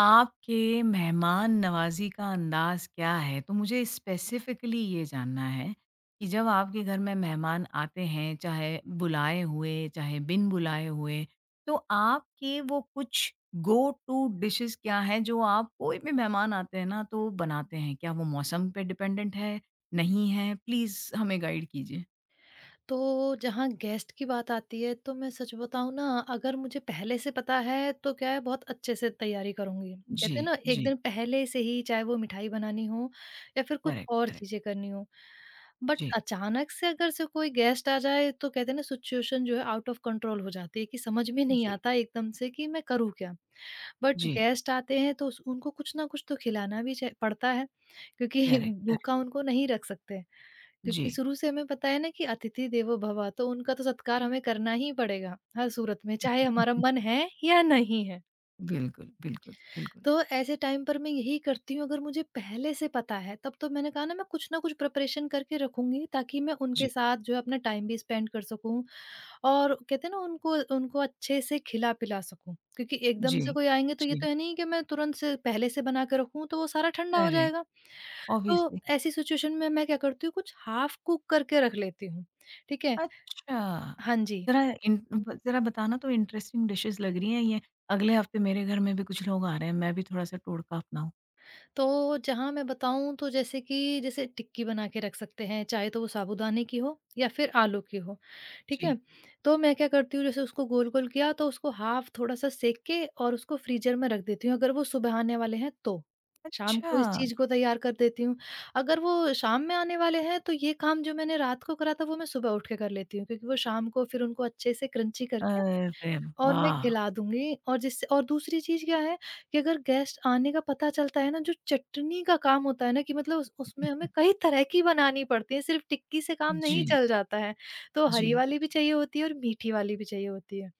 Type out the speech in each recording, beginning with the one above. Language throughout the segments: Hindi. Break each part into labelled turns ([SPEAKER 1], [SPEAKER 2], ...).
[SPEAKER 1] आपके मेहमान नवाज़ी का अंदाज़ क्या है? तो मुझे स्पेसिफ़िकली ये जानना है कि जब आपके घर में मेहमान आते हैं, चाहे बुलाए हुए, चाहे बिन बुलाए हुए, तो आपके वो कुछ गो टू डिशेज़ क्या हैं जो आप कोई भी मेहमान आते हैं ना तो बनाते हैं? क्या वो मौसम पे डिपेंडेंट है, नहीं है? प्लीज़ हमें गाइड कीजिए।
[SPEAKER 2] तो जहाँ गेस्ट की बात आती है तो मैं सच बताऊँ ना, अगर मुझे पहले से पता है तो क्या है, बहुत अच्छे से तैयारी करूँगी।
[SPEAKER 1] जी,
[SPEAKER 2] कहते हैं ना, एक
[SPEAKER 1] जी।
[SPEAKER 2] दिन पहले से ही, चाहे वो मिठाई बनानी हो या फिर कुछ
[SPEAKER 1] करेक्ट,
[SPEAKER 2] और
[SPEAKER 1] करेक्ट।
[SPEAKER 2] चीज़ें करनी हो। बट
[SPEAKER 1] जी,
[SPEAKER 2] अचानक से अगर से कोई गेस्ट आ जाए तो कहते हैं ना, सिचुएशन जो है आउट ऑफ कंट्रोल हो जाती है, कि समझ में नहीं
[SPEAKER 1] जी,
[SPEAKER 2] आता एकदम से कि मैं करूँ क्या? But
[SPEAKER 1] ji.
[SPEAKER 2] गेस्ट आते हैं तो उस उनको कुछ ना कुछ तो खिलाना भी चा पड़ता है, क्योंकि
[SPEAKER 1] करेक्ट, करेक्ट।
[SPEAKER 2] भूखा उनको नहीं रख सकते।
[SPEAKER 1] जी।
[SPEAKER 2] क्योंकि शुरू से हमें पता है ना कि अतिथि देवो भव, तो उनका तो सत्कार हमें करना ही पड़ेगा हर सूरत में, चाहे हमारा मन है या नहीं है।
[SPEAKER 1] बिल्कुल, बिल्कुल, बिल्कुल।
[SPEAKER 2] तो ऐसे टाइम पर मैं यही करती हूँ, अगर मुझे पहले से पता है तब तो मैंने कहा ना, मैं कुछ ना कुछ प्रिपरेशन करके रखूंगी ताकि मैं
[SPEAKER 1] जी।
[SPEAKER 2] उनके साथ जो है अपना टाइम भी स्पेंड कर सकूं, और कहते हैं ना, उनको उनको अच्छे से खिला पिला सकूं। क्योंकि
[SPEAKER 1] जी,
[SPEAKER 2] एकदम से कोई आएंगे तो ये
[SPEAKER 1] जी,
[SPEAKER 2] तो है नहीं कि मैं तुरंत से पहले से बना के रखूं, तो वो सारा ठंडा हो
[SPEAKER 1] करेक्ट,
[SPEAKER 2] जाएगा। तो
[SPEAKER 1] ऑब्वियसली।
[SPEAKER 2] ऐसी सिचुएशन में मैं क्या करती हूँ, कुछ हाफ कुक करके रख लेती हूँ। ठीक है।
[SPEAKER 1] अच्छा,
[SPEAKER 2] हाँ जी।
[SPEAKER 1] ज़रा इन ब ज़रा बताना, तो इंटरेस्टिंग डिशेज़ लग रही हैं ये। अगले हफ़्ते मेरे घर में भी कुछ लोग आ रहे हैं, मैं भी थोड़ा-सा टोटका अपनाऊँ।
[SPEAKER 2] तो जहाँ मैं बताऊँ तो जैसे कि जैसे टिक्की बना के रख सकते हैं, चाहे तो वो साबूदाने की हो या फिर आलू की हो, ठीक है?
[SPEAKER 1] जी,
[SPEAKER 2] तो मैं क्या करती हूँ, जैसे उसको गोल-गोल किया तो उसको हाफ़ थोड़ा-सा सेक के और उसको फ्रीज़र में रख देती हूँ, अगर वो सुबह आने वाले हैं तो। शाम
[SPEAKER 1] अच्छा,
[SPEAKER 2] को इस चीज़ को तैयार कर देती हूँ। अगर वो शाम में आने वाले हैं तो ये काम जो मैंने रात को करा था वो मैं सुबह उठ के कर लेती हूँ, क्योंकि वो शाम को फिर उनको अच्छे से क्रंची करके
[SPEAKER 1] अरे
[SPEAKER 2] और मैं
[SPEAKER 1] वाह!
[SPEAKER 2] खिला दूँगी। और जिससे और दूसरी चीज़ क्या है, कि अगर गेस्ट आने का पता चलता है ना, जो चटनी का काम होता है ना कि मतलब उस उसमें हमें कई तरह की बनानी पड़ती है, सिर्फ़ टिक्की से काम नहीं
[SPEAKER 1] जी,
[SPEAKER 2] चल जाता है। तो
[SPEAKER 1] जी,
[SPEAKER 2] हरी वाली भी
[SPEAKER 1] जी,
[SPEAKER 2] चाहिए होती है और मीठी वाली भी चाहिए होती है।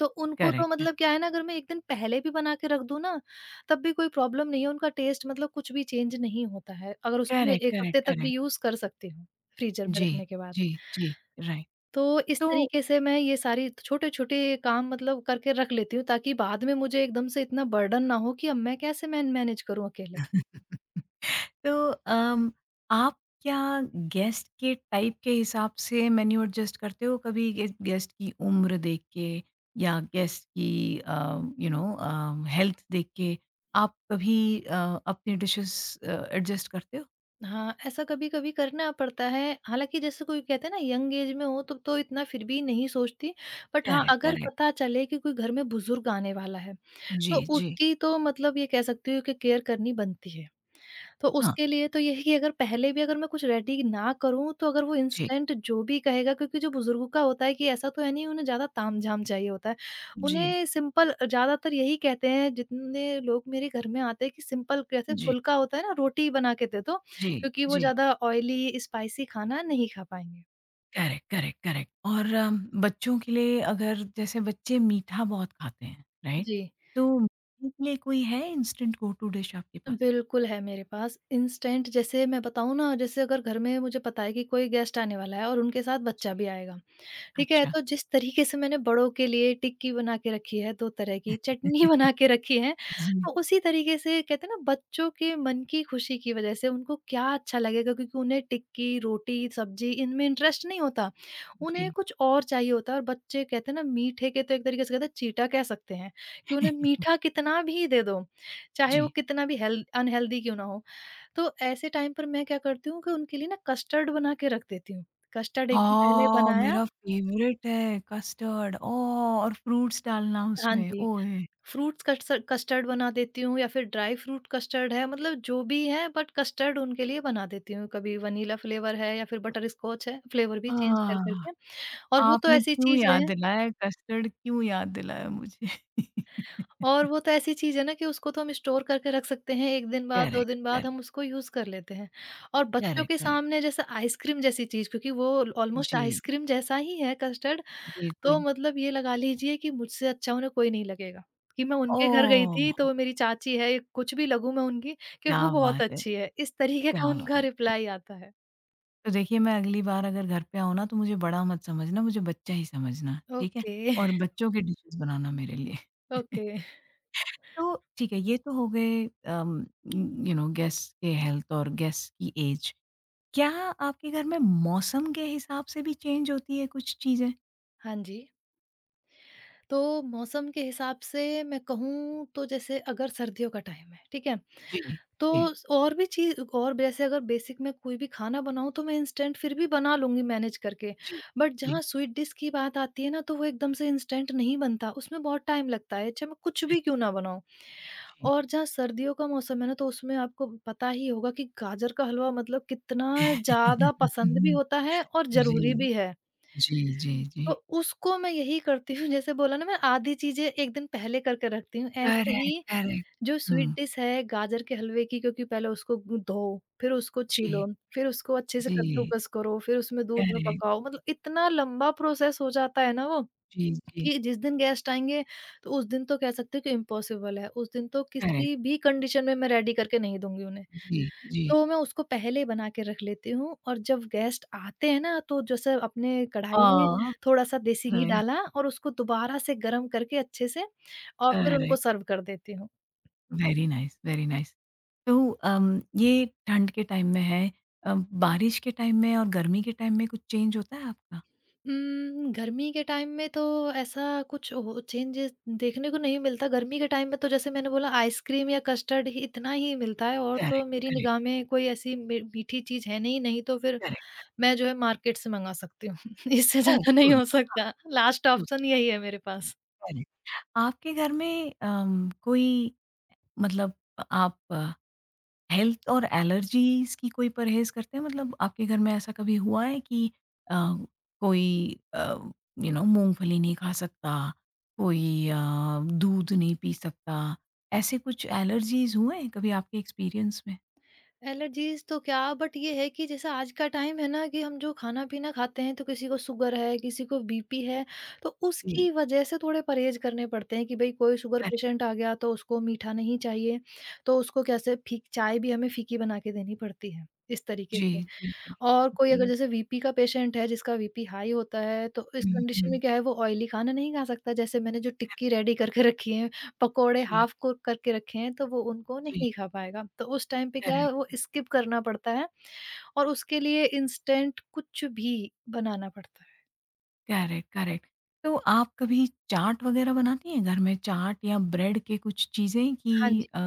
[SPEAKER 2] तो उनको तो
[SPEAKER 1] करेक्ट, करेक्ट,
[SPEAKER 2] मतलब क्या है ना, अगर मैं 1 दिन पहले भी बना के रख दूँ ना, तब भी कोई प्रॉब्लम नहीं है, उनका टेस्ट मतलब कुछ भी चेंज नहीं होता है। अगर उसको मैं
[SPEAKER 1] करेक्ट,
[SPEAKER 2] 1
[SPEAKER 1] करेक्ट,
[SPEAKER 2] हफ़्ते तक
[SPEAKER 1] करेक्ट।
[SPEAKER 2] भी यूज़ कर सकती हूँ, फ्रीज़र में
[SPEAKER 1] जी,
[SPEAKER 2] रखने के बाद।
[SPEAKER 1] जी, जी, राइट,
[SPEAKER 2] तो इस
[SPEAKER 1] तो
[SPEAKER 2] तरीके से मैं ये सारी छोटे-छोटे काम मतलब करके रख लेती हूँ, ताकि बाद में मुझे एकदम से इतना बर्डन ना हो कि अब मैं कैसे मैनेज करूँ अकेले।
[SPEAKER 1] तो आप क्या गेस्ट के टाइप के हिसाब से मेन्यू एडजस्ट करते हो कभी गे गेस्ट की उम्र देख के, या गेस्ट की यू नो हेल्थ देख के, आप कभी अ, अपनी डिशेस एडजस्ट करते हो?
[SPEAKER 2] हाँ, ऐसा कभी-कभी करना पड़ता है। हालाँकि जैसे कोई कहते हैं ना, यंग एज में हो तब तो इतना फिर भी नहीं सोचती। बट हाँ,
[SPEAKER 1] करेक्ट,
[SPEAKER 2] अगर
[SPEAKER 1] करेक्ट।
[SPEAKER 2] पता चले कि कोई घर में बुज़ुर्ग आने वाला है,
[SPEAKER 1] जी,
[SPEAKER 2] तो
[SPEAKER 1] जी।
[SPEAKER 2] उसकी तो मतलब ये कह सकती हूँ कि केयर करनी बनती है। तो
[SPEAKER 1] हाँ,
[SPEAKER 2] उसके लिए तो यही है कि अगर पहले भी अगर मैं कुछ रेडी ना करूँ, तो अगर वो
[SPEAKER 1] जी,
[SPEAKER 2] इंस्टेंट जो भी कहेगा, क्योंकि जो बुज़ुर्गों का होता है कि ऐसा तो है नहीं, उन्हें ज़्यादा ताम-झाम चाहिए होता है।
[SPEAKER 1] जी,
[SPEAKER 2] उन्हें सिंपल ज़्यादातर यही कहते हैं जितने लोग मेरे घर में आते हैं, कि सिंपल कैसे
[SPEAKER 1] जी,
[SPEAKER 2] फुल्का होता है ना, रोटी बना के दे दो,
[SPEAKER 1] जी,
[SPEAKER 2] क्योंकि वो
[SPEAKER 1] जी।
[SPEAKER 2] ज़्यादा ऑयली स्पाइसी खाना नहीं खा पाएँगे।
[SPEAKER 1] करेक्ट, करेक्ट, करेक्ट और बच्चों के लिए अगर जैसे बच्चे मीठा बहुत खाते हैं, राइट?
[SPEAKER 2] जी।
[SPEAKER 1] तो उनके लिए कोई है इंस्टेंट गो टू डिश आपके पास?
[SPEAKER 2] बिल्कुल है मेरे पास। इंस्टेंट जैसे मैं बताऊँ ना, जैसे अगर घर में मुझे पता है कि कोई गेस्ट आने वाला है और उनके साथ बच्चा
[SPEAKER 1] जी,
[SPEAKER 2] भी आएगा। ठीक है,
[SPEAKER 1] अच्छा।
[SPEAKER 2] तो जिस तरीके से मैंने बड़ों के लिए टिक्की बना के रखी है 2 तरह की, चटनी बना के रखी है,
[SPEAKER 1] जी,
[SPEAKER 2] तो उसी तरीके से कहते हैं ना, बच्चों के मन की खुशी की वजह से उनको क्या अच्छा लगेगा, क्योंकि उन्हें टिक्की, रोटी, सब्जी इनमें इंटरेस्ट नहीं होता। उन्हें
[SPEAKER 1] जी,
[SPEAKER 2] कुछ और चाहिए होता है, और बच्चे कहते हैं ना, मीठे के तो एक तरीके से कहते हैं चीटा कह सकते हैं, कि उन्हें मीठा कितना भी दे दो, चाहे वो
[SPEAKER 1] जी।
[SPEAKER 2] कितना भी हेल अनहेल्दी क्यों ना हो। तो ऐसे टाइम पर मैं क्या करती हूँ कि उनके लिए ना कस्टर्ड बना के रख देती हूँ। कस्टर्ड एक दिन पहले
[SPEAKER 1] हाँ,
[SPEAKER 2] बनाया।
[SPEAKER 1] मेरा फ़ेवरेट है कस्टर्ड, ओह! और फ्रूट्स डालना
[SPEAKER 2] हाँ
[SPEAKER 1] उसमें,
[SPEAKER 2] जी,
[SPEAKER 1] ओए!
[SPEAKER 2] फ्रूट्स कस्टर्ड कस्टर्ड बना देती हूँ या फिर ड्राई फ्रूट कस्टर्ड है, मतलब जो भी है, बट कस्टर्ड उनके लिए बना देती हूँ। कभी वनीला फ्लेवर है या फिर बटरस्कॉच है, फ्लेवर भी चेंज कर कर
[SPEAKER 1] आह!
[SPEAKER 2] के। और वो तो
[SPEAKER 1] आपने
[SPEAKER 2] ऐसी
[SPEAKER 1] क्यों
[SPEAKER 2] चीज़
[SPEAKER 1] याद
[SPEAKER 2] है,
[SPEAKER 1] दिलाया, कस्टर्ड क्यों याद दिलाया मुझे।
[SPEAKER 2] और वो तो ऐसी चीज़ है ना, कि उसको तो हम स्टोर करके रख सकते हैं, 1 दिन बाद, 2
[SPEAKER 1] करेक्ट,
[SPEAKER 2] दिन बाद
[SPEAKER 1] करेक्ट,
[SPEAKER 2] हम उसको यूज़ कर लेते हैं। और बच्चों
[SPEAKER 1] करेक्ट,
[SPEAKER 2] के
[SPEAKER 1] करेक्ट।
[SPEAKER 2] सामने जैसे आइसक्रीम जैसी चीज़, क्योंकि वो ऑलमोस्ट
[SPEAKER 1] जी,
[SPEAKER 2] आइसक्रीम जैसा ही है, कस्टर्ड। तो
[SPEAKER 1] बिल्कुल।
[SPEAKER 2] मतलब ये लगा लीजिए कि मुझसे अच्छा उन्हें कोई नहीं लगेगा, कि मैं उनके घर गई थी
[SPEAKER 1] ओह!
[SPEAKER 2] तो वो मेरी चाची है, या कुछ भी लगूँ मैं उनकी, कि वो
[SPEAKER 1] क्या
[SPEAKER 2] बहुत
[SPEAKER 1] बात है,
[SPEAKER 2] अच्छी है, इस तरीके का
[SPEAKER 1] क्या
[SPEAKER 2] उनका
[SPEAKER 1] बात है।
[SPEAKER 2] रिप्लाई आता है।
[SPEAKER 1] तो देखिए, मैं अगली बार अगर घर पे आऊँ ना, तो मुझे बड़ा मत समझना, मुझे बच्चा ही समझना, ठीक है?
[SPEAKER 2] ओके।
[SPEAKER 1] और बच्चों की डिशेज़ बनाना मेरे लिए।
[SPEAKER 2] ओके।
[SPEAKER 1] तो ठीक है, ये तो हो गए यू नो गेस्ट के हेल्थ और गेस्ट की एज। क्या आपके घर में मौसम के हिसाब से भी चेंज होती है कुछ चीज़ें?
[SPEAKER 2] हाँ जी, तो मौसम के हिसाब से मैं कहूँ तो जैसे अगर सर्दियों का टाइम है, ठीक है?
[SPEAKER 1] जी, जी,
[SPEAKER 2] तो स और भी चीज़, और जैसे अगर बेसिक मैं कोई भी खाना बनाऊँ तो मैं इंस्टेंट फिर भी बना लूँगी मैनेज करके।
[SPEAKER 1] जी,
[SPEAKER 2] बट
[SPEAKER 1] जी।
[SPEAKER 2] जहाँ स्वीट डिश की बात आती है ना, तो वो एकदम से इंस्टेंट नहीं बनता, उसमें बहुत टाइम लगता है, चाहे मैं कुछ भी क्यों
[SPEAKER 1] अच्छा,
[SPEAKER 2] ना बनाऊँ।
[SPEAKER 1] जी।
[SPEAKER 2] और जहाँ सर्दियों का मौसम है ना, तो उसमें आपको पता ही होगा कि गाजर का हलवा मतलब कितना ज़्यादा पसंद भी होता है और
[SPEAKER 1] जी,
[SPEAKER 2] ज़रूरी भी है।
[SPEAKER 1] जी, जी, जी।
[SPEAKER 2] तो उसको मैं यही करती हूँ, जैसे बोला ना, मैं आधी चीज़ें एक दिन पहले करके रखती हूँ, ऐसे
[SPEAKER 1] करेक्ट,
[SPEAKER 2] ही
[SPEAKER 1] करेक्ट।
[SPEAKER 2] जो
[SPEAKER 1] हुँ,
[SPEAKER 2] स्वीट डिश है गाजर के हलवे की, क्योंकि पहले उसको धो, फिर उसको
[SPEAKER 1] जी,
[SPEAKER 2] छीलो, फिर उसको अच्छे से
[SPEAKER 1] जी,
[SPEAKER 2] कद्दूकस करो, फिर उसमें दूध में
[SPEAKER 1] करेक्ट।
[SPEAKER 2] पकाओ, मतलब इतना लंबा प्रोसेस हो जाता है ना वो,
[SPEAKER 1] जी, जी,
[SPEAKER 2] कि जिस दिन गेस्ट आएंगे तो उस दिन तो कह सकते हो कि इम्पॉसिबल है, उस दिन तो
[SPEAKER 1] करेक्ट।
[SPEAKER 2] किसी भी कंडीशन में मैं रेडी करके नहीं दूंगी उन्हें।
[SPEAKER 1] जी, जी।
[SPEAKER 2] तो मैं उसको पहले ही बना के रख लेती हूँ, और जब गेस्ट आते हैं ना, तो जैसे अपने कढ़ाई में
[SPEAKER 1] ऑलराइट,
[SPEAKER 2] थोड़ा सा देसी घी डाला और उसको दोबारा से गर्म करके अच्छे से, और फिर उनको
[SPEAKER 1] करेक्ट।
[SPEAKER 2] सर्व कर देती हूँ।
[SPEAKER 1] Very nice, very nice. तो ये ठंड के टाइम में है। अ, बारिश के टाइम में और गर्मी के टाइम में कुछ चेंज होता है आपका?
[SPEAKER 2] गर्मी के टाइम में तो ऐसा कुछ हो चेंजेस देखने को नहीं मिलता। गर्मी के टाइम में तो जैसे मैंने बोला, आइसक्रीम या कस्टर्ड ही, इतना ही मिलता है, और तो
[SPEAKER 1] करेक्ट,
[SPEAKER 2] मेरी
[SPEAKER 1] करेक्ट,
[SPEAKER 2] निगाह में कोई ऐसी मी मीठी चीज़ है नहीं, नहीं तो फिर
[SPEAKER 1] करेक्ट।
[SPEAKER 2] मैं जो है मार्केट से मँगा सकती हूँ। इससे
[SPEAKER 1] ओह!
[SPEAKER 2] ज़्यादा नहीं
[SPEAKER 1] गुड।
[SPEAKER 2] हो
[SPEAKER 1] हाँ,
[SPEAKER 2] सकता, लास्ट
[SPEAKER 1] लुक
[SPEAKER 2] ऑप्शन
[SPEAKER 1] या
[SPEAKER 2] यही है मेरे पास।
[SPEAKER 1] करेक्ट। आपके घर में कोई मतलब, आप हेल्थ और एलर्जीज़ की कोई परहेज़ करते हैं? मतलब आपके घर में ऐसा कभी हुआ है कि अ, कोई यू नो मूँगफली नहीं खा सकता, कोई दूध नहीं पी सकता, ऐसे कुछ एलर्जीज़ हुए हैं कभी आपके एक्सपीरियंस में?
[SPEAKER 2] एलर्जीज़ तो क्या, बट ये है कि जैसे आज का टाइम है ना, कि हम जो खाना-पीना खाते हैं, तो किसी को शुगर है, किसी को बीपी है, तो
[SPEAKER 1] जी।
[SPEAKER 2] उसकी वज़ह से थोड़े परहेज़ करने पड़ते हैं कि भई कोई शुगर
[SPEAKER 1] करेक्ट,
[SPEAKER 2] पेशेंट आ गया तो उसको मीठा नहीं चाहिए, तो उसको कैसे फीक चाय भी हमें फीकी बना के देनी पड़ती है, इस तरीके
[SPEAKER 1] जी,
[SPEAKER 2] से।
[SPEAKER 1] जी, जी।
[SPEAKER 2] और कोई अगर
[SPEAKER 1] बिल्कुल।
[SPEAKER 2] जैसे वीपी का पेशेंट है जिसका वीपी हाई होता है, तो इस
[SPEAKER 1] हुँ,
[SPEAKER 2] कंडीशन
[SPEAKER 1] हुँ।
[SPEAKER 2] में क्या है, वो ऑयली खाना नहीं खा सकता। जैसे मैंने जो टिक्की रेडी करके रखी है, पकोड़े
[SPEAKER 1] जी,
[SPEAKER 2] हाफ कुक करके रखे हैं, तो वो उनको
[SPEAKER 1] जी।
[SPEAKER 2] नहीं खा पाएगा। तो उस टाइम पे क्या है, वो
[SPEAKER 1] करेक्ट,
[SPEAKER 2] स्किप करना पड़ता है, और उसके लिए इंस्टेंट कुछ भी बनाना पड़ता है।
[SPEAKER 1] Correct, correct. तो आप कभी चाट वग़ैरह बनाती हैं घर में? चाट या ब्रेड के कुछ चीज़ें कि
[SPEAKER 2] हाँ जी।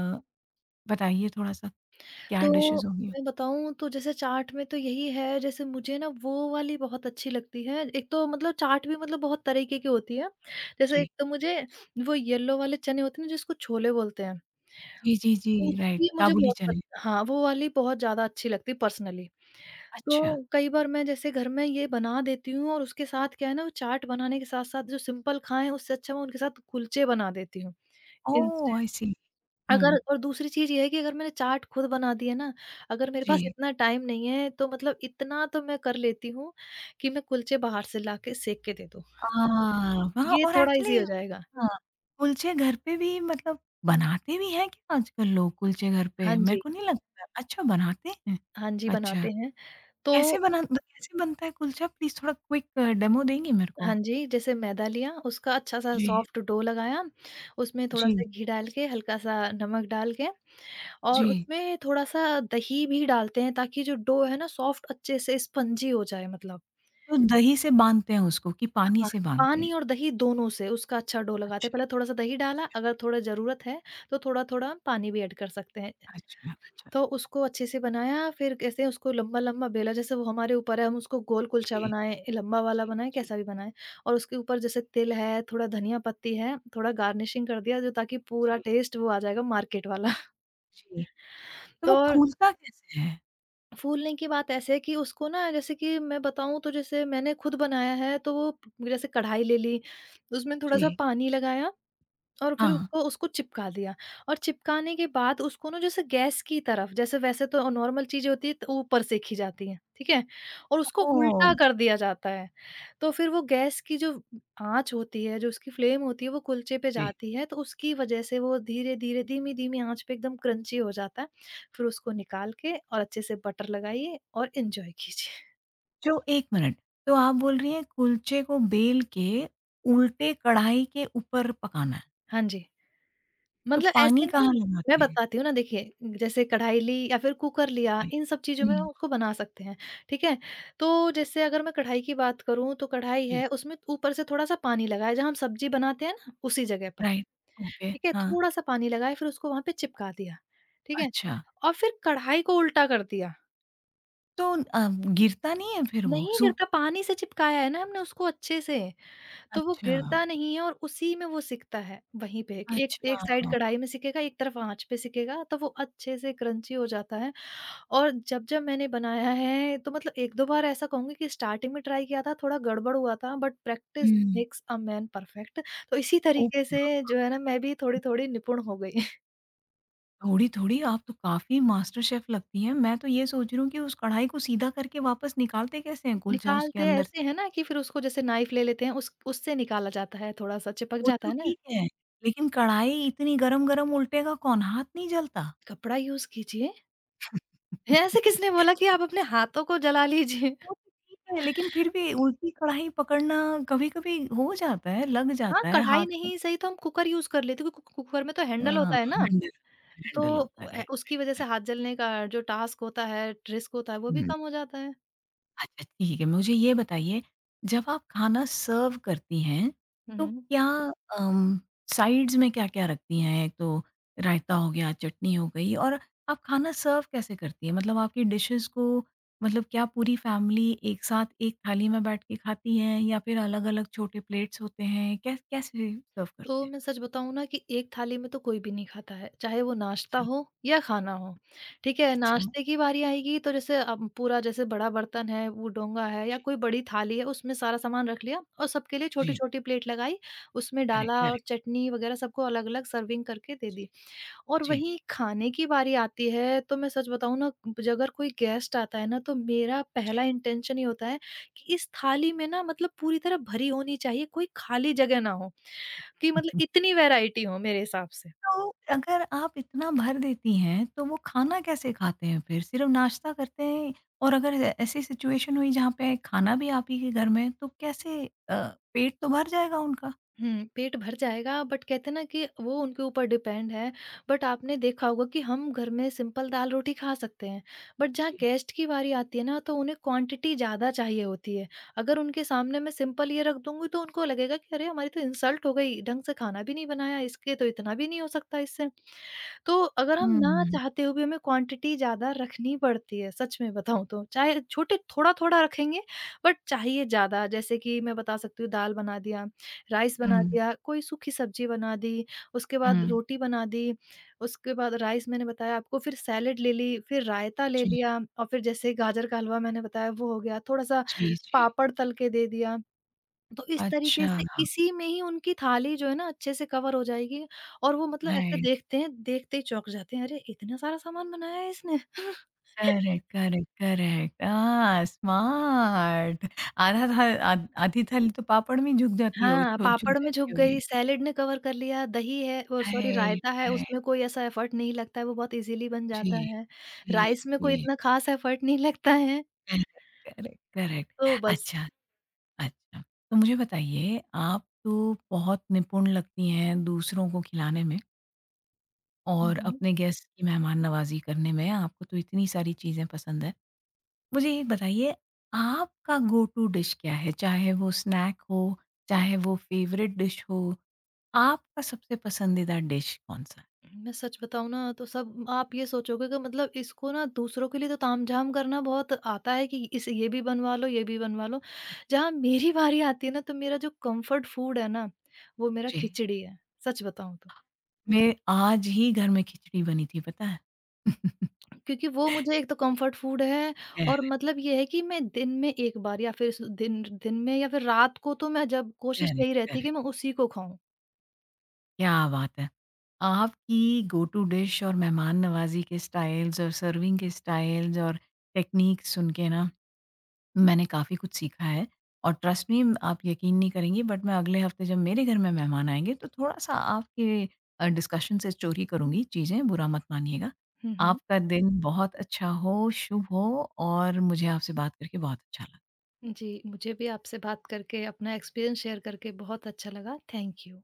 [SPEAKER 1] बताइए थोड़ा-सा, क्या
[SPEAKER 2] तो
[SPEAKER 1] डिशेज़ होंगी?
[SPEAKER 2] मैं बताऊँ तो जैसे चाट में तो यही है, जैसे मुझे ना वो वाली बहुत अच्छी लगती है। एक तो मतलब चाट भी मतलब बहुत तरीके की होती है। जैसे
[SPEAKER 1] जी।
[SPEAKER 2] एक तो मुझे वो येलो वाले चने होते हैं ना, जिसको छोले बोलते हैं,
[SPEAKER 1] जी, जी, जी, राइट,
[SPEAKER 2] उसकी मुझे
[SPEAKER 1] काबुली
[SPEAKER 2] बहुत पस
[SPEAKER 1] चने।
[SPEAKER 2] हाँ, वो वाली बहुत ज़्यादा अच्छी लगती है पर्सनली।
[SPEAKER 1] अच्छा,
[SPEAKER 2] तो कई बार मैं जैसे घर में ये बना देती हूँ, और उसके साथ क्या है ना, वो चाट बनाने के साथ-साथ जो सिंपल खाएँ, उससे अच्छा मैं उनके साथ कुलचे बना देती हूँ।
[SPEAKER 1] ओह! आई सी।
[SPEAKER 2] अगर
[SPEAKER 1] हुँ,
[SPEAKER 2] और दूसरी चीज़ ये है कि अगर मैंने चार्ट खुद बना दी है ना, अगर मेरे पास
[SPEAKER 1] जी।
[SPEAKER 2] इतना टाइम नहीं है, तो मतलब इतना तो मैं कर लेती हूँ कि मैं कुलचे बाहर से लाके सेक के दे दूँ।
[SPEAKER 1] अ, वहाँ
[SPEAKER 2] ये
[SPEAKER 1] और
[SPEAKER 2] थोड़ा ईज़ी
[SPEAKER 1] एक्चुअली,
[SPEAKER 2] हो जाएगा।
[SPEAKER 1] हाँ, कुलचे घर पे भी मतलब बनाते भी हैं क्या आजकल लोग कुलचे घर पे?
[SPEAKER 2] हाँ
[SPEAKER 1] मेरे
[SPEAKER 2] जी।
[SPEAKER 1] को नहीं लगता। अच्छा, बनाते हैं?
[SPEAKER 2] हाँ जी,
[SPEAKER 1] अच्छा,
[SPEAKER 2] बनाते हैं।
[SPEAKER 1] कैसे
[SPEAKER 2] तो
[SPEAKER 1] बना ब कैसे बनता है कुलचा? प्लीज़ थोड़ा क्विक डेमो देंगी मेरे को?
[SPEAKER 2] हाँ जी, जैसे मैदा लिया, उसका अच्छा-सा
[SPEAKER 1] जी,
[SPEAKER 2] सॉफ्ट डो लगाया, उसमें
[SPEAKER 1] जी,
[SPEAKER 2] थोड़ा-सा घी डाल के, हल्का-सा नमक डाल के, और
[SPEAKER 1] जी।
[SPEAKER 2] उसमें थोड़ा-सा दही भी डालते हैं ताकि जो डो है ना सॉफ्ट अच्छे से स्पंजी हो जाए मतलब।
[SPEAKER 1] तो दही से बाँधते हैं उसको कि पानी
[SPEAKER 2] हाँ,
[SPEAKER 1] से बाँधते हैं?
[SPEAKER 2] पानी और दही दोनों से उसका अच्छा डो लगाते हैं।
[SPEAKER 1] अच्छा,
[SPEAKER 2] पहले थोड़ा-सा दही डाला,
[SPEAKER 1] अच्छा,
[SPEAKER 2] अगर थोड़ा ज़रूरत है, तो थोड़ा-थोड़ा पानी भी ऐड कर सकते हैं।
[SPEAKER 1] अच्छा, अच्छा।
[SPEAKER 2] तो उसको अच्छे से बनाया, फिर कैसे उसको लंबा-लंबा बेला जैसे वो हमारे ऊपर है, हम उसको गोल कुलचा
[SPEAKER 1] जी,
[SPEAKER 2] बनाएँ, लंबा वाला
[SPEAKER 1] जी,
[SPEAKER 2] बनाएँ,
[SPEAKER 1] जी,
[SPEAKER 2] कैसा भी बनाएँ और उसके ऊपर जैसे तिल है, थोड़ा धनिया पत्ती है, थोड़ा गार्निशिंग कर दिया जो ताकि पूरा
[SPEAKER 1] जी,
[SPEAKER 2] टेस्ट वो आ जाएगा मार्केट वाला।
[SPEAKER 1] जी। तो वो
[SPEAKER 2] तो
[SPEAKER 1] फूलता कैसे है?
[SPEAKER 2] फूलने की बात ऐसे है कि उसको ना जैसे कि मैं बताऊँ तो जैसे मैंने खुद बनाया है, तो वो जैसे कढ़ाई ले ली, उसमें थोड़ा-सा
[SPEAKER 1] जी।
[SPEAKER 2] पानी लगाया और फिर
[SPEAKER 1] हाँ।
[SPEAKER 2] उसको उसको चिपका दिया और चिपकाने के बाद उसको ना जैसे गैस की तरफ जैसे वैसे तो नॉर्मल चीज़ें होती है तो ऊपर सेंकी जाती हैं, ठीक है? और उसको
[SPEAKER 1] ओह!
[SPEAKER 2] उल्टा कर दिया जाता है। तो फिर वो गैस की जो आँच होती है, जो उसकी फ्लेम होती है वो कुलचे पे
[SPEAKER 1] जी।
[SPEAKER 2] जाती है तो उसकी वज़ह से वो धीरे-धीरे, धीमी-धीमी आँच पे एकदम क्रंची हो जाता है। फिर उसको निकाल के और अच्छे से बटर लगाइए और एन्जॉय कीजिए।
[SPEAKER 1] जो 1 मिनट, तो आप बोल रही हैं कुलचे को बेल के उल्टे कढ़ाई के ऊपर पकाना है,
[SPEAKER 2] हाँ जी।
[SPEAKER 1] तो
[SPEAKER 2] मतलब
[SPEAKER 1] पानी
[SPEAKER 2] ऐसे
[SPEAKER 1] कहाँ
[SPEAKER 2] नहीं। मैं
[SPEAKER 1] लगाते हैं?
[SPEAKER 2] बताती हूँ ना, देखिए, जैसे कढ़ाई ली या फिर कुकर लिया,
[SPEAKER 1] जी।
[SPEAKER 2] इन सब चीज़ों में हम
[SPEAKER 1] हुँ,
[SPEAKER 2] उसको बना सकते हैं, ठीक है? तो जैसे अगर मैं कढ़ाई की बात करूँ, तो कढ़ाई
[SPEAKER 1] जी,
[SPEAKER 2] है उसमें ऊपर से थोड़ा-सा पानी लगाया, जहाँ हम सब्ज़ी बनाते हैं ना, उसी जगह पर,
[SPEAKER 1] राइट, ओके,
[SPEAKER 2] ठीक है?
[SPEAKER 1] हाँ,
[SPEAKER 2] थोड़ा-सा पानी लगाया फिर उसको वहाँ पे चिपका दिया, ठीक है?
[SPEAKER 1] अच्छा।
[SPEAKER 2] और फिर कढ़ाई को उल्टा कर दिया।
[SPEAKER 1] तो गिरता नहीं है फिर वो
[SPEAKER 2] नहीं
[SPEAKER 1] सूख?
[SPEAKER 2] गिरता, पानी से चिपकाया है ना हमने उसको अच्छे से। तो वो
[SPEAKER 1] अच्छा,
[SPEAKER 2] गिरता नहीं है और उसी में वो सिकता है वहीं पे। एक एक
[SPEAKER 1] अच्छा,
[SPEAKER 2] एक साइड कढ़ाई में सिकेगा, एक तरफ आँच पे सिकेगा तो वो अच्छे से क्रंची हो जाता है। और जब-जब मैंने बनाया है तो मतलब 1-2 बार ऐसा कहूँगी कि स्टार्टिंग में ट्राई किया था, थोड़ा गड़बड़ हुआ था, but practice
[SPEAKER 1] hmm,
[SPEAKER 2] makes a man perfect. तो इसी तरीके
[SPEAKER 1] ओके।
[SPEAKER 2] से जो है ना मैं भी थोड़ी-थोड़ी निपुण हो गई।
[SPEAKER 1] थोड़ी-थोड़ी आप तो काफ़ी मास्टर शेफ़ लगती हैं, मैं तो ये सोच रही हूँ कि उस कढ़ाई को सीधा करके वापस निकालते कैसे हैं कुलचा उसके
[SPEAKER 2] निकालते
[SPEAKER 1] अंदर से?
[SPEAKER 2] ऐसे हैं ना कि फिर उसको जैसे नाइफ़ ले लेते हैं, उस उससे निकाला जाता है, थोड़ा-सा चिपक
[SPEAKER 1] वो
[SPEAKER 2] जाता
[SPEAKER 1] तो
[SPEAKER 2] है ना,
[SPEAKER 1] ठीक है, लेकिन कढ़ाई इतनी गरम-गरम उल्टेगा कौन? हाथ नहीं जलता?
[SPEAKER 2] कपड़ा यूज़ कीजिए। ऐसे किसने बोला कि आप अपने हाथों को जला लीजिए?
[SPEAKER 1] वो तो ठीक है। लेकिन फिर भी उल्टी कढ़ाई पकड़ना कभी-कभी हो जाता है, लग
[SPEAKER 2] हाँ,
[SPEAKER 1] जाता है
[SPEAKER 2] कढ़ाई
[SPEAKER 1] हाथ में।
[SPEAKER 2] नहीं सही तो हम कुकर यूज़ कर लेते क्योंकि कु कुकर में तो हैंडल
[SPEAKER 1] हाँ,
[SPEAKER 2] होता है ना,
[SPEAKER 1] हैंडल हैंडल
[SPEAKER 2] तो
[SPEAKER 1] होता है, राइट, राइट,
[SPEAKER 2] उसकी वज़ह से
[SPEAKER 1] राइट।
[SPEAKER 2] हाथ जलने का जो टास्क होता है, रिस्क होता है, वो भी
[SPEAKER 1] हुँ।
[SPEAKER 2] कम हो जाता है।
[SPEAKER 1] अच्छा, ठीक है। मुझे ये बताइए जब आप खाना सर्व करती हैं,
[SPEAKER 2] हुँ,
[SPEAKER 1] तो
[SPEAKER 2] हुँ।
[SPEAKER 1] क्या अम, साइड्स में क्या-क्या रखती हैं? एक तो रायता हो गया, चटनी हो गई, और आप खाना सर्व कैसे करती हैं? मतलब आपकी डिशेज़ को, मतलब क्या पूरी फैमिली एक साथ एक थाली में बैठ के खाती हैं या फिर अलग-अलग छोटे प्लेट्स होते हैं? कैसे सर्व
[SPEAKER 2] तो
[SPEAKER 1] करते हैं?
[SPEAKER 2] मैं सच बताऊँ ना कि एक थाली में तो कोई भी नहीं खाता है, चाहे वो नाश्ता हो या खाना हो, ठीक है?
[SPEAKER 1] अच्छा, अच्छा।
[SPEAKER 2] नाश्ते की बारी आएगी तो जैसे अब पूरा जैसे बड़ा बर्तन है, वो डोंगा है या
[SPEAKER 1] जी,
[SPEAKER 2] कोई बड़ी थाली है, उसमें सारा सामान रख लिया और सबके लिए
[SPEAKER 1] जी।
[SPEAKER 2] छोटी-छोटी प्लेट लगाई, उसमें
[SPEAKER 1] करेक्ट,
[SPEAKER 2] डाला और
[SPEAKER 1] करेक्ट।
[SPEAKER 2] चटनी वग़ैरह सबको अलग-अलग सर्विंग करके दे दी।
[SPEAKER 1] जी,
[SPEAKER 2] और
[SPEAKER 1] जी,
[SPEAKER 2] वहीं खाने की बारी आती है, तो मैं सच बताऊँ ना, ज अगर कोई गेस्ट आता है ना, तो मेरा पहला
[SPEAKER 1] जी।
[SPEAKER 2] इंटेंशन ये होता है कि इस थाली में ना मतलब पूरी तरह भरी होनी चाहिए, कोई खाली जगह ना हो, कि मतलब इतनी वैराइटी हो मेरे हिसाब से।
[SPEAKER 1] तो अगर आप इतना भर देती हैं, तो वो खाना कैसे खाते हैं फिर? सिर्फ़ नाश्ता करते हैं, और अगर ए ऐसी सिचुएशन हुई जहाँ पे खाना भी आप ही के घर में है, तो कैसे, पेट तो भर जाएगा उनका?
[SPEAKER 2] हुँ, पेट भर जाएगा बट कहते हैं ना कि वो उनके ऊपर डिपेंड है। बट आपने देखा होगा कि हम घर में सिंपल दाल-रोटी खा सकते हैं। बट जहाँ
[SPEAKER 1] जी।
[SPEAKER 2] गेस्ट की बारी आती है ना तो उन्हें क्वांटिटी ज़्यादा चाहिए होती है। अगर उनके सामने मैं सिंपल ये रख दूँगी तो उनको लगेगा कि अरे! हमारी तो इंसल्ट हो गई, ढंग से खाना भी नहीं बनाया, इसके तो इतना भी नहीं हो सकता इससे। तो अगर हम ना
[SPEAKER 1] हुँ।
[SPEAKER 2] चाहते हुए भी हमें क्वांटिटी ज़्यादा रखनी पड़ती है, सच में बताऊँ तो। चाहे छोटे थोड़ा-थोड़ा रखेंगे बट चाहिए ज़्यादा। जैसे कि मैं बता सकती हूँ, दाल बना दिया, राइस बना
[SPEAKER 1] हुँ,
[SPEAKER 2] दिया, कोई सूखी सब्जी बना दी, उसके बाद
[SPEAKER 1] हुँ।
[SPEAKER 2] रोटी बना दी, उसके बाद राइस मैंने बताया आपको, फिर सैलेड ले ली, फिर रायता ले
[SPEAKER 1] जी,
[SPEAKER 2] लिया और फिर जैसे गाजर का हलवा मैंने बताया वो हो गया, थोड़ा-सा
[SPEAKER 1] जी, जी।
[SPEAKER 2] पापड़ तल के दे दिया। तो इस तरीके
[SPEAKER 1] अच्छा,
[SPEAKER 2] से इसी में ही उनकी थाली जो है ना अच्छे से कवर हो जाएगी और वो मतलब ऐसे
[SPEAKER 1] राइट।
[SPEAKER 2] देखते हैं, देखते ही चौंक जाते हैं, अरे! इतना सारा सामान बनाया है इसने।
[SPEAKER 1] Correct, correct, correct. हाँ, स्मार्ट। आधा था आ आधी थाली तो पापड़ में ही झुक जाती होगी,
[SPEAKER 2] हाँ,
[SPEAKER 1] छो छुप
[SPEAKER 2] पापड़ में झुक
[SPEAKER 1] जाती
[SPEAKER 2] गई,
[SPEAKER 1] होगी।
[SPEAKER 2] सैलेड ने कवर कर लिया, दही है वो सॉरी
[SPEAKER 1] राइट,
[SPEAKER 2] रायता है,
[SPEAKER 1] राइट।
[SPEAKER 2] उसमें कोई ऐसा एफर्ट नहीं लगता है, वो बहुत ईज़िली बन
[SPEAKER 1] जी,
[SPEAKER 2] जाता है।
[SPEAKER 1] जी,
[SPEAKER 2] राइस में कोई
[SPEAKER 1] जी।
[SPEAKER 2] इतना ख़ास एफर्ट नहीं लगता है,
[SPEAKER 1] करेक्ट, करेक्ट।
[SPEAKER 2] तो बस।
[SPEAKER 1] अच्छा, अच्छा। तो मुझे बताइए, आप तो बहुत निपुण लगती हैं दूसरों को खिलाने में
[SPEAKER 2] हुँ,
[SPEAKER 1] और
[SPEAKER 2] हुँ।
[SPEAKER 1] अपने गेस्ट की मेहमान नवाज़ी करने में, आपको तो इतनी सारी चीज़ें पसंद हैं। मुझे ये बताइए, आपका गो टू डिश क्या है? चाहे वो स्नैक हो, चाहे वो फेवरेट डिश हो, आपका सबसे पसंदीदा डिश कौन-सा है?
[SPEAKER 2] मैं सच बताऊँ ना तो सब, आप ये सोचोगे कि मतलब इसको ना दूसरों के लिए तो तामझाम करना बहुत आता है कि इस ये भी बनवा लो, ये भी बनवा लो। जहाँ मेरी बारी आती है ना तो मेरा जो कम्फर्ट फूड है ना, वो मेरा
[SPEAKER 1] जी।
[SPEAKER 2] खिचड़ी है, सच बताऊँ तो।
[SPEAKER 1] मैं आज ही घर में खिचड़ी बनी थी, पता है?
[SPEAKER 2] क्योंकि वो मुझे एक तो कम्फर्ट फूड है और
[SPEAKER 1] करेक्ट,
[SPEAKER 2] मतलब ये है कि मैं दिन में 1 बार या फिर स दिन दिन में या फिर रात को, तो मैं जब कोशिश
[SPEAKER 1] करेक्ट,
[SPEAKER 2] यही रहती है
[SPEAKER 1] करेक्ट।
[SPEAKER 2] कि मैं उसी को खाऊँ।
[SPEAKER 1] क्या बात है! आपकी गो टू डिश और मेहमान नवाज़ी के स्टाइल्स और सर्विंग के स्टाइल्स और टेक्नीक्स सुन के ना, मैंने काफ़ी कुछ सीखा है, और ट्रस्ट मी, आप यकीन नहीं करेंगी बट मैं अगले हफ्ते जब मेरे घर में मेहमान आएँगे तो थोड़ा-सा आपके डिस्कशन से चोरी करूँगी चीज़ें, बुरा मत मानिएगा।
[SPEAKER 2] हुँ, हुँ।
[SPEAKER 1] आपका दिन बहुत अच्छा हो, शुभ हो, और मुझे आपसे बात करके बहुत अच्छा लगा।
[SPEAKER 2] जी, मुझे भी आपसे बात करके अपना एक्सपीरियंस शेयर करके बहुत अच्छा लगा। Thank you.